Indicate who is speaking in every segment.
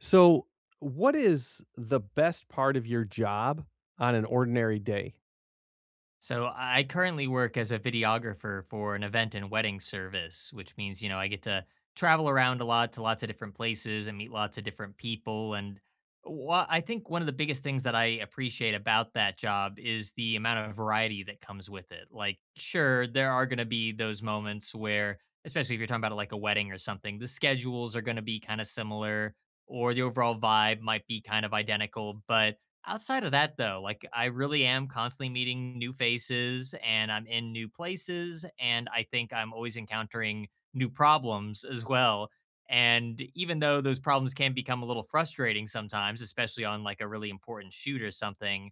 Speaker 1: So, what is the best part of your job on an ordinary day?
Speaker 2: So I currently work as a videographer for an event and wedding service, which means, I get to travel around a lot to lots of different places and meet lots of different people. And I think one of the biggest things that I appreciate about that job is the amount of variety that comes with it. Like, sure, there are going to be those moments where, especially if you're talking about like a wedding or something, the schedules are going to be kind of similar or the overall vibe might be kind of identical, but outside of that, though, like, I really am constantly meeting new faces, and I'm in new places, and I think I'm always encountering new problems as well, and even though those problems can become a little frustrating sometimes, especially on, like, a really important shoot or something,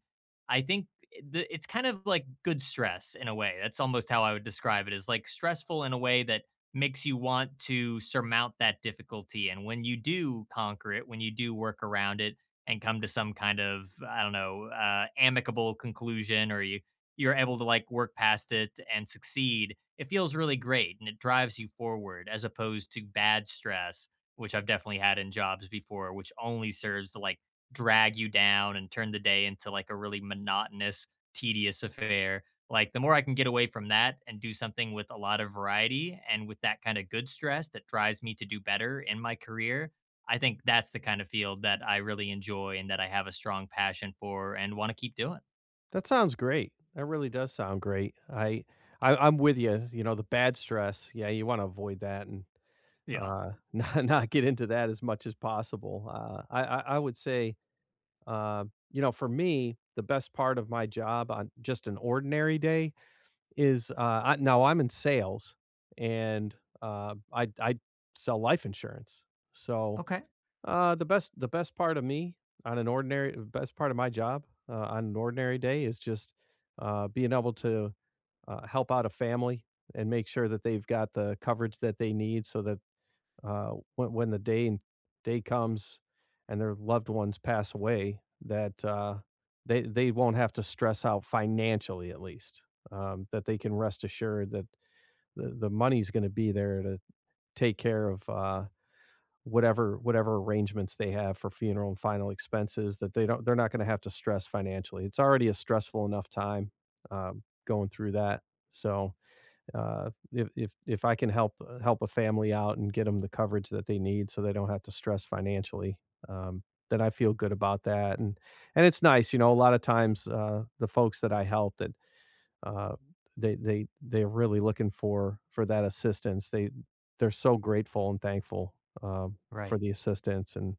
Speaker 2: I think the it's kind of like good stress in a way. That's almost how I would describe it, is, like, stressful in a way that makes you want to surmount that difficulty, and when you do conquer it, when you do work around it, and come to some kind of, I don't know, amicable conclusion, or you're able to like work past it and succeed. It feels really great, and it drives you forward as opposed to bad stress, which I've definitely had in jobs before, which only serves to like drag you down and turn the day into like a really monotonous, tedious affair. Like, the more I can get away from that and do something with a lot of variety and with that kind of good stress that drives me to do better in my career, I think that's the kind of field that I really enjoy and that I have a strong passion for and want to keep doing.
Speaker 1: That sounds great. That really does sound great. I'm with you. You know, the bad stress. Yeah, you want to avoid that and
Speaker 2: Yeah.
Speaker 1: not get into that as much as possible. I would say, uh, you know, for me, the best part of my job on just an ordinary day is now I'm in sales and I sell life insurance. So
Speaker 2: Okay.
Speaker 1: The best part of me, on an ordinary best part of my job, on an ordinary day is just, being able to, help out a family and make sure that they've got the coverage that they need so that, when the day and day comes and their loved ones pass away, that, they won't have to stress out financially at least, that they can rest assured that the money's gonna be there to take care of, whatever arrangements they have for funeral and final expenses that they're not gonna have to stress financially. It's already a stressful enough time, going through that. So, if I can help, help a family out and get them the coverage that they need so they don't have to stress financially, um, then I feel good about that, and it's nice, you know, a lot of times, the folks that I help that uh, they're really looking for that assistance. They're so grateful and thankful, um, for
Speaker 2: Right.
Speaker 1: the assistance, and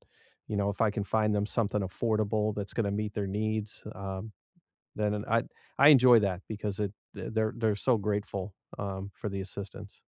Speaker 1: you know, if I can find them something affordable that's going to meet their needs, then I enjoy that because it they're so grateful, for the assistance.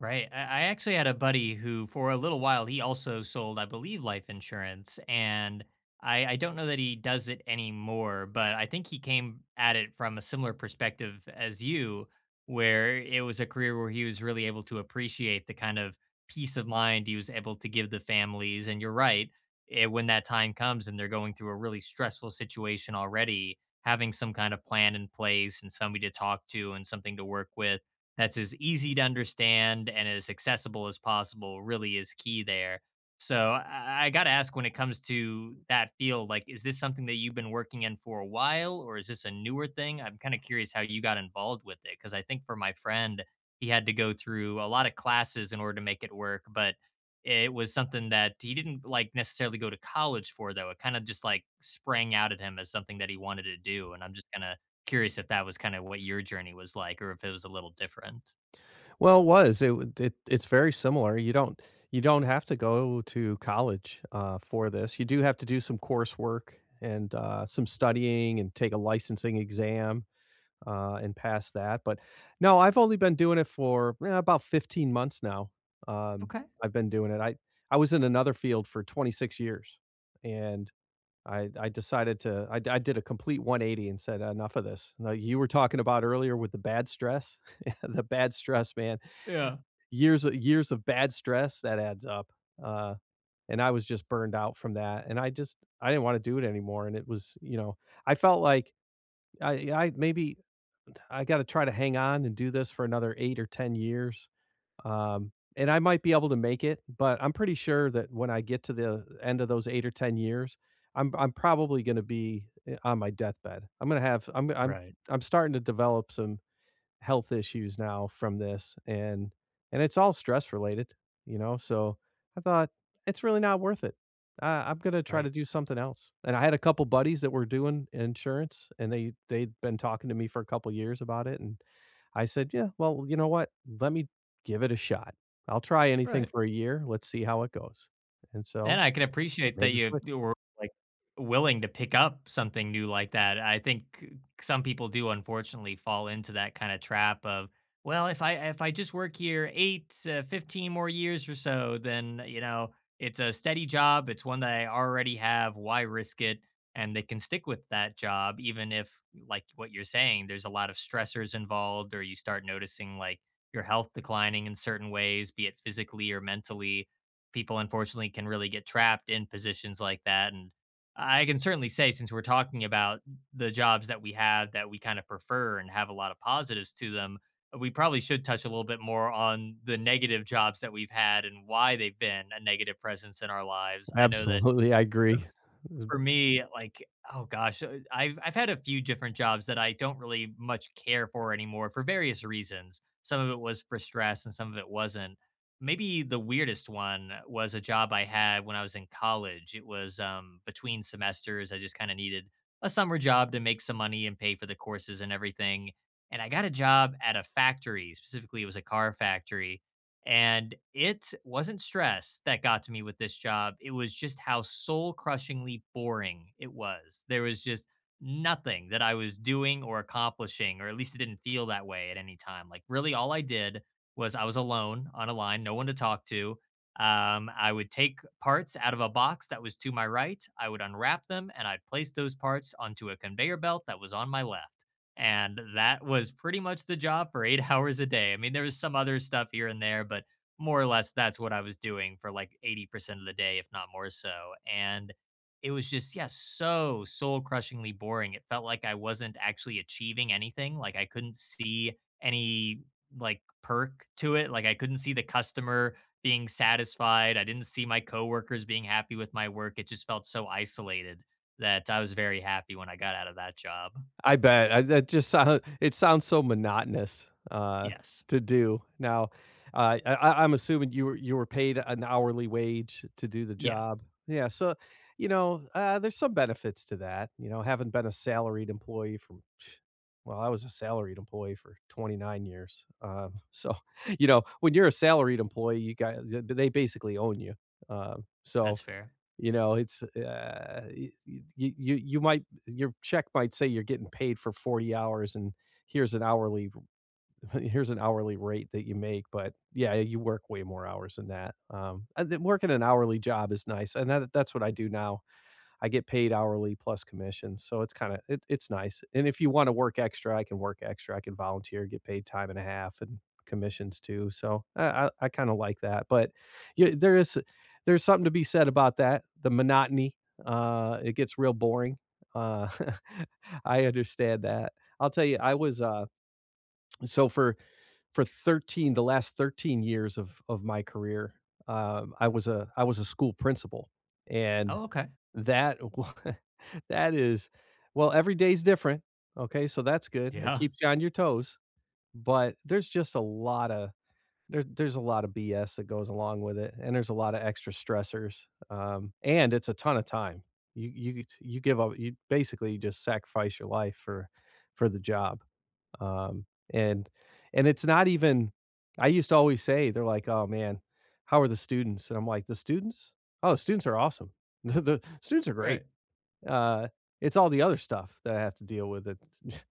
Speaker 2: Right. I actually had a buddy who, for a little while, he also sold, I believe, life insurance. And I don't know that he does it anymore, but I think he came at it from a similar perspective as you, where it was a career where he was really able to appreciate the kind of peace of mind he was able to give the families. And you're right. When that time comes and they're going through a really stressful situation already, having some kind of plan in place and somebody to talk to and something to work with that's as easy to understand and as accessible as possible really is key there. So I got to ask, when it comes to that field, like, is this something that you've been working in for a while or is this a newer thing? I'm kind of curious how you got involved with it. Cause I think for my friend, he had to go through a lot of classes in order to make it work, but it was something that he didn't like necessarily go to college for though. It kind of just like sprang out at him as something that he wanted to do. And I'm just kind of curious if that was kind of what your journey was like or if it was a little different.
Speaker 1: Well, it it's very similar. You don't have to go to college for this. You do have to do some coursework and some studying and take a licensing exam and past that. But no, I've only been doing it for about 15 months now. Um,
Speaker 2: Okay.
Speaker 1: I've been doing it. I was in another field for 26 years, and I decided to I, d- I did a complete 180 and said enough of this. Now you were talking about earlier with the bad stress, the bad stress, man.
Speaker 2: Yeah.
Speaker 1: Years of bad stress that adds up. Uh, and I was just burned out from that, and I didn't want to do it anymore. And it was, you know, I felt like I maybe I gotta try to hang on and do this for another 8 or 10 years, and I might be able to make it, but I'm pretty sure that when I get to the end of those 8 or 10 years, I'm probably gonna be, on my deathbed. I'm gonna have
Speaker 2: Right,
Speaker 1: I'm starting to develop some health issues now from this, and it's all stress related, you know? So I thought, it's really not worth it. I'm gonna try
Speaker 2: right.
Speaker 1: to do something else. And I had a couple buddies that were doing insurance, and they'd been talking to me for a couple years about it. And I said, "Yeah, well, you know what? Let me give it a shot. I'll try anything
Speaker 2: Right.
Speaker 1: for a year. Let's see how it goes." And
Speaker 2: And
Speaker 1: so
Speaker 2: I can appreciate that
Speaker 1: made the
Speaker 2: you
Speaker 1: switch.
Speaker 2: like, willing to pick up something new like that. I think some people do unfortunately fall into that kinda trap of, "Well, if I just work here 8 15 more years or so, then, you know, it's a steady job, it's one that I already have, why risk it?" And they can stick with that job even if, like what you're saying, there's a lot of stressors involved or you start noticing, like, your health declining in certain ways, be it physically or mentally, people unfortunately can really get trapped in positions like that. And I can certainly say, since we're talking about the jobs that we have that we kind of prefer and have a lot of positives to them, we probably should touch a little bit more on the negative jobs that we've had and why they've been a negative presence in our lives. I know that
Speaker 1: Absolutely, I agree.
Speaker 2: for me, like, oh gosh, I've had a few different jobs that I don't really much care for anymore for various reasons. Some of it was for stress and some of it wasn't. Maybe the weirdest one was a job I had when I was in college. It was between semesters. I just kind of needed a summer job to make some money and pay for the courses and everything. And I got a job at a factory. Specifically, it was a car factory. And it wasn't stress that got to me with this job. It was just how soul crushingly boring it was. There was just nothing that I was doing or accomplishing, or at least it didn't feel that way at any time. Like, really, all I did was I was alone on a line, no one to talk to. I would take parts out of a box that was to my right, I would unwrap them, and I'd place those parts onto a conveyor belt that was on my left, and that was pretty much the job for eight hours a day. I mean, there was some other stuff here and there, but more or less that's what I was doing for like 80% of the day, if not more so. And it was just, yeah, so soul crushingly boring. It felt like I wasn't actually achieving anything. Like, I couldn't see any like perk to it. Like, I couldn't see the customer being satisfied. I didn't see my coworkers being happy with my work. It just felt so isolated that I was very happy when I got out of that job.
Speaker 1: I bet. I that just sound it sounds so monotonous,
Speaker 2: Yes.
Speaker 1: to do. Now, I'm assuming you were paid an hourly wage to do the
Speaker 2: Yeah,
Speaker 1: job. Yeah, so, you know, there's some benefits to that, you know, having been a salaried employee from well, I was a salaried employee for 29 years. So, you know, when you're a salaried employee, you got, they basically own you.
Speaker 2: that's
Speaker 1: So
Speaker 2: fair.
Speaker 1: you know, it's, you you might, your check might say you're getting paid for 40 hours, and here's an hourly here's an hourly rate that you make, but, yeah, you work way more hours than that, and then working an hourly job is nice, and that's what I do now. I get paid hourly plus commission, so it's kinda it's nice, and if you wanna work extra, I can work extra, I can volunteer, get paid time and a half and commissions too, so I kinda like that, but yeah, there's something to be said about that, the monotony, it gets real boring, uh, I understand that. I'll tell you, I was, so for 13, the last 13 years of my career, I was a school principal, and
Speaker 2: Oh, okay.
Speaker 1: that wa that is well, every day's different, okay, so that's good, it
Speaker 2: Yeah,
Speaker 1: keeps you on your toes, but there's just a lot of there's a lot of BS that goes along with it, and there's a lot of extra stressors, and it's a ton of time. You give up you basically just sacrifice your life for the job. Um, and and it's not even, I used to always say, they're like, "Oh, man, how are the students?" And I'm like, "The students? Oh, the students are awesome. The students are great."
Speaker 2: right.
Speaker 1: Uh, it's all the other stuff that I have to deal with, it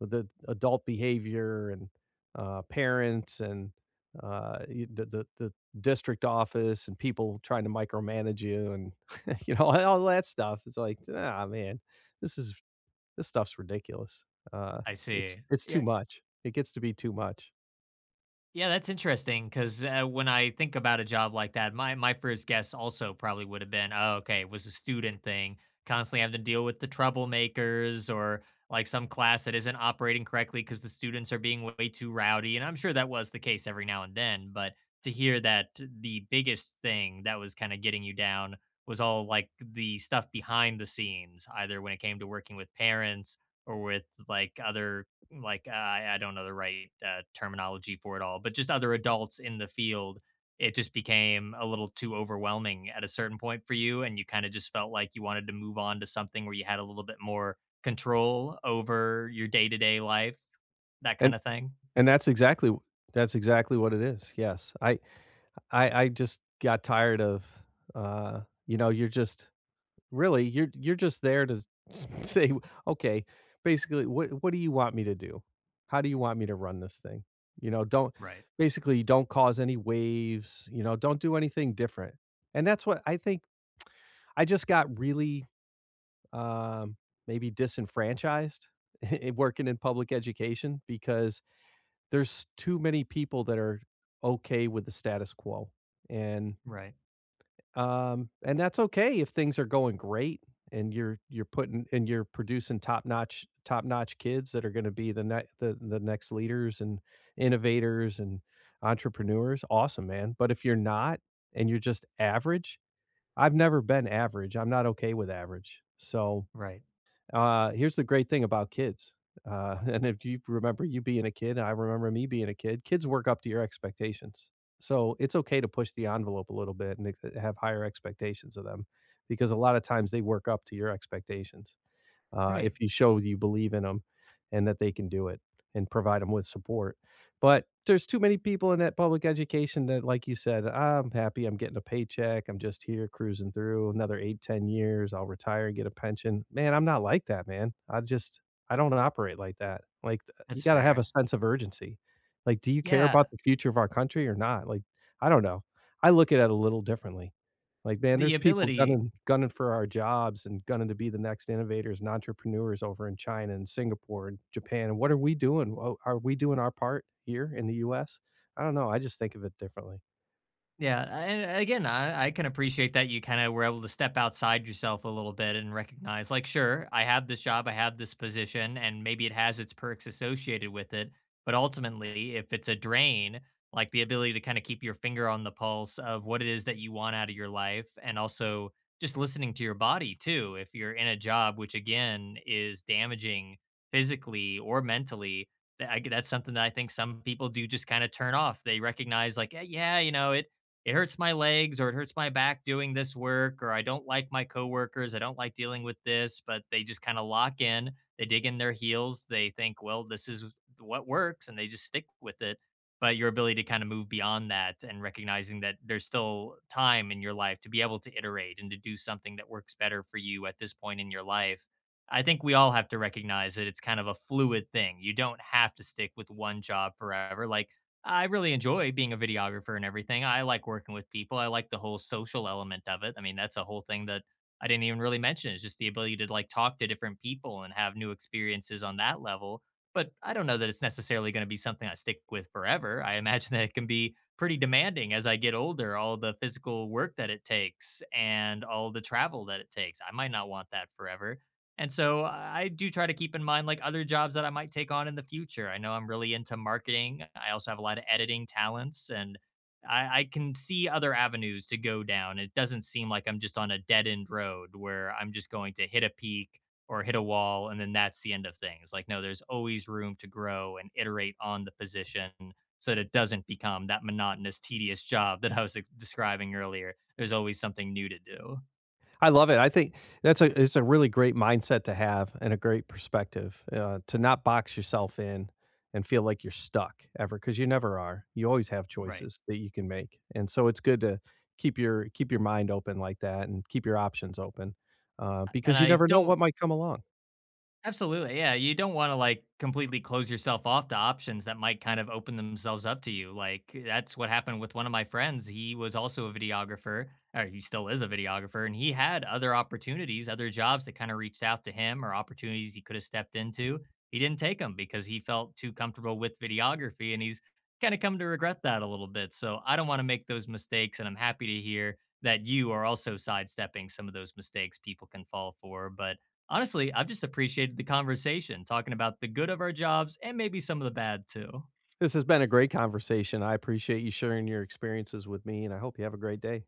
Speaker 1: with the adult behavior and, parents and, y the district office and people trying to micromanage you and, you know, all that stuff. It's like, "Ah, man, this is this stuff's ridiculous. Uh,
Speaker 2: I
Speaker 1: it's
Speaker 2: see.
Speaker 1: it's
Speaker 2: Yeah.
Speaker 1: too much. It gets to be too much."
Speaker 2: Yeah, that's interesting because when I think about a job like that, my first guess also probably would have been, oh, okay, it was a student thing, constantly having to deal with the troublemakers or like some class that isn't operating correctly because the students are being way too rowdy. And I'm sure that was the case every now and then, but to hear that the biggest thing that was kind of getting you down was all like the stuff behind the scenes, either when it came to working with parents or with like other like I don't know the right terminology for it all, but just other adults in the field, it just became a little too overwhelming at a certain point for you, and you kind of just felt like you wanted to move on to something where you had a little bit more control over your day to day life, that kind
Speaker 1: And
Speaker 2: of thing.
Speaker 1: and that's exactly that's exactly what it is, yes. I just got tired of, you know, you're just really, you're just there to s say, "Okay, basically, what do you want me to do? How do you want me to run this thing?" You know, don't
Speaker 2: Right.
Speaker 1: basically, don't cause any waves, you know, don't do anything different. And that's what I think, I just got really, um, maybe disenfranchised, in working in public education because there's too many people that are okay with the status quo. And
Speaker 2: Right,
Speaker 1: that's okay if things are going great and you're putting and you're producing top-notch kids that are going to be the the next leaders and innovators and entrepreneurs. Awesome, man. But if you're not, and you're just average, I've never been average. I'm not okay with average. So
Speaker 2: right,
Speaker 1: here's the great thing about kids, and if you remember you being a kid, I remember me being a kid, kids work up to your expectations. So, it's okay to push the envelope a little bit and ex have higher expectations of them because a lot of times they work up to your expectations,
Speaker 2: right.
Speaker 1: if you show you believe in them and that they can do it and provide them with support. But there's too many people in that public education that, like you said, "I'm happy, I'm getting a paycheck, I'm just here cruising through another eight, 10 years, I'll retire and get a pension." Man, I'm not like that, man. I don't operate like that. Like, you
Speaker 2: That's
Speaker 1: got to have a
Speaker 2: fair.
Speaker 1: sense of urgency. Like, do you care about
Speaker 2: Yeah,
Speaker 1: the future of our country or not? Like, I don't know. I look at it a little differently. Like, man,
Speaker 2: the
Speaker 1: there's people
Speaker 2: ability.
Speaker 1: gunning for our jobs and gunning to be the next innovators and entrepreneurs over in China and Singapore and Japan, and what are we doing? Oh, are we doing our part here in the US? I don't know, I just think of it differently.
Speaker 2: Yeah, and again, I can appreciate that you kind of were able to step outside yourself a little bit and recognize, like, sure, I have this job, I have this position, and maybe it has its perks associated with it. But ultimately, if it's a drain, like the ability to kind of keep your finger on the pulse of what it is that you want out of your life, and also just listening to your body too. If you're in a job, which again is damaging physically or mentally, that's something that I think some people do just kind of turn off. They recognize, like, "Eh, yeah, you know, it hurts my legs or it hurts my back doing this work or I don't like my coworkers, I don't like dealing with this," but they just kind of lock in, they dig in their heels, they think, well, this is what works and they just stick with it. But your ability to kind of move beyond that and recognizing that there's still time in your life to be able to iterate and to do something that works better for you at this point in your life. I think we all have to recognize that it's kind of a fluid thing. You don't have to stick with one job forever. Like, I really enjoy being a videographer and everything. I like working with people. I like the whole social element of it. I mean, that's a whole thing that I didn't even really mention. It's just the ability to like talk to different people and have new experiences on that level. But I don't know that it's necessarily going to be something I stick with forever. I imagine that it can be pretty demanding as I get older, all the physical work that it takes and all the travel that it takes. I might not want that forever. And so I do try to keep in mind like other jobs that I might take on in the future. I know I'm really into marketing. I also have a lot of editing talents and I can see other avenues to go down. It doesn't seem like I'm just on a dead end road where I'm just going to hit a peak or hit a wall and then that's the end of things. Like, no, there's always room to grow and iterate on the position so that it doesn't become that monotonous, tedious job that I was describing earlier. There's always something new to do.
Speaker 1: I love it. I think that's a it's a really great mindset to have and a great perspective, to not box yourself in and feel like you're stuck ever because you never are. You always have
Speaker 2: Right.
Speaker 1: choices that you can make, and so it's good to keep your mind open like that and keep your options open,
Speaker 2: And
Speaker 1: because you
Speaker 2: I
Speaker 1: never know
Speaker 2: don't.
Speaker 1: what might come along.
Speaker 2: Absolutely. Yeah. You don't want to like completely close yourself off to options that might kind of open themselves up to you. Like that's what happened with one of my friends. He was also a videographer, or he still is a videographer, and he had other opportunities, other jobs that kind of reached out to him or opportunities he could have stepped into. He didn't take them because he felt too comfortable with videography and he's kind of come to regret that a little bit. So I don't want to make those mistakes. And I'm happy to hear that you are also sidestepping some of those mistakes people can fall for. But honestly, I've just appreciated the conversation, talking about the good of our jobs and maybe some of the bad too.
Speaker 1: This has been a great conversation. I appreciate you sharing your experiences with me, and I hope you have a great day.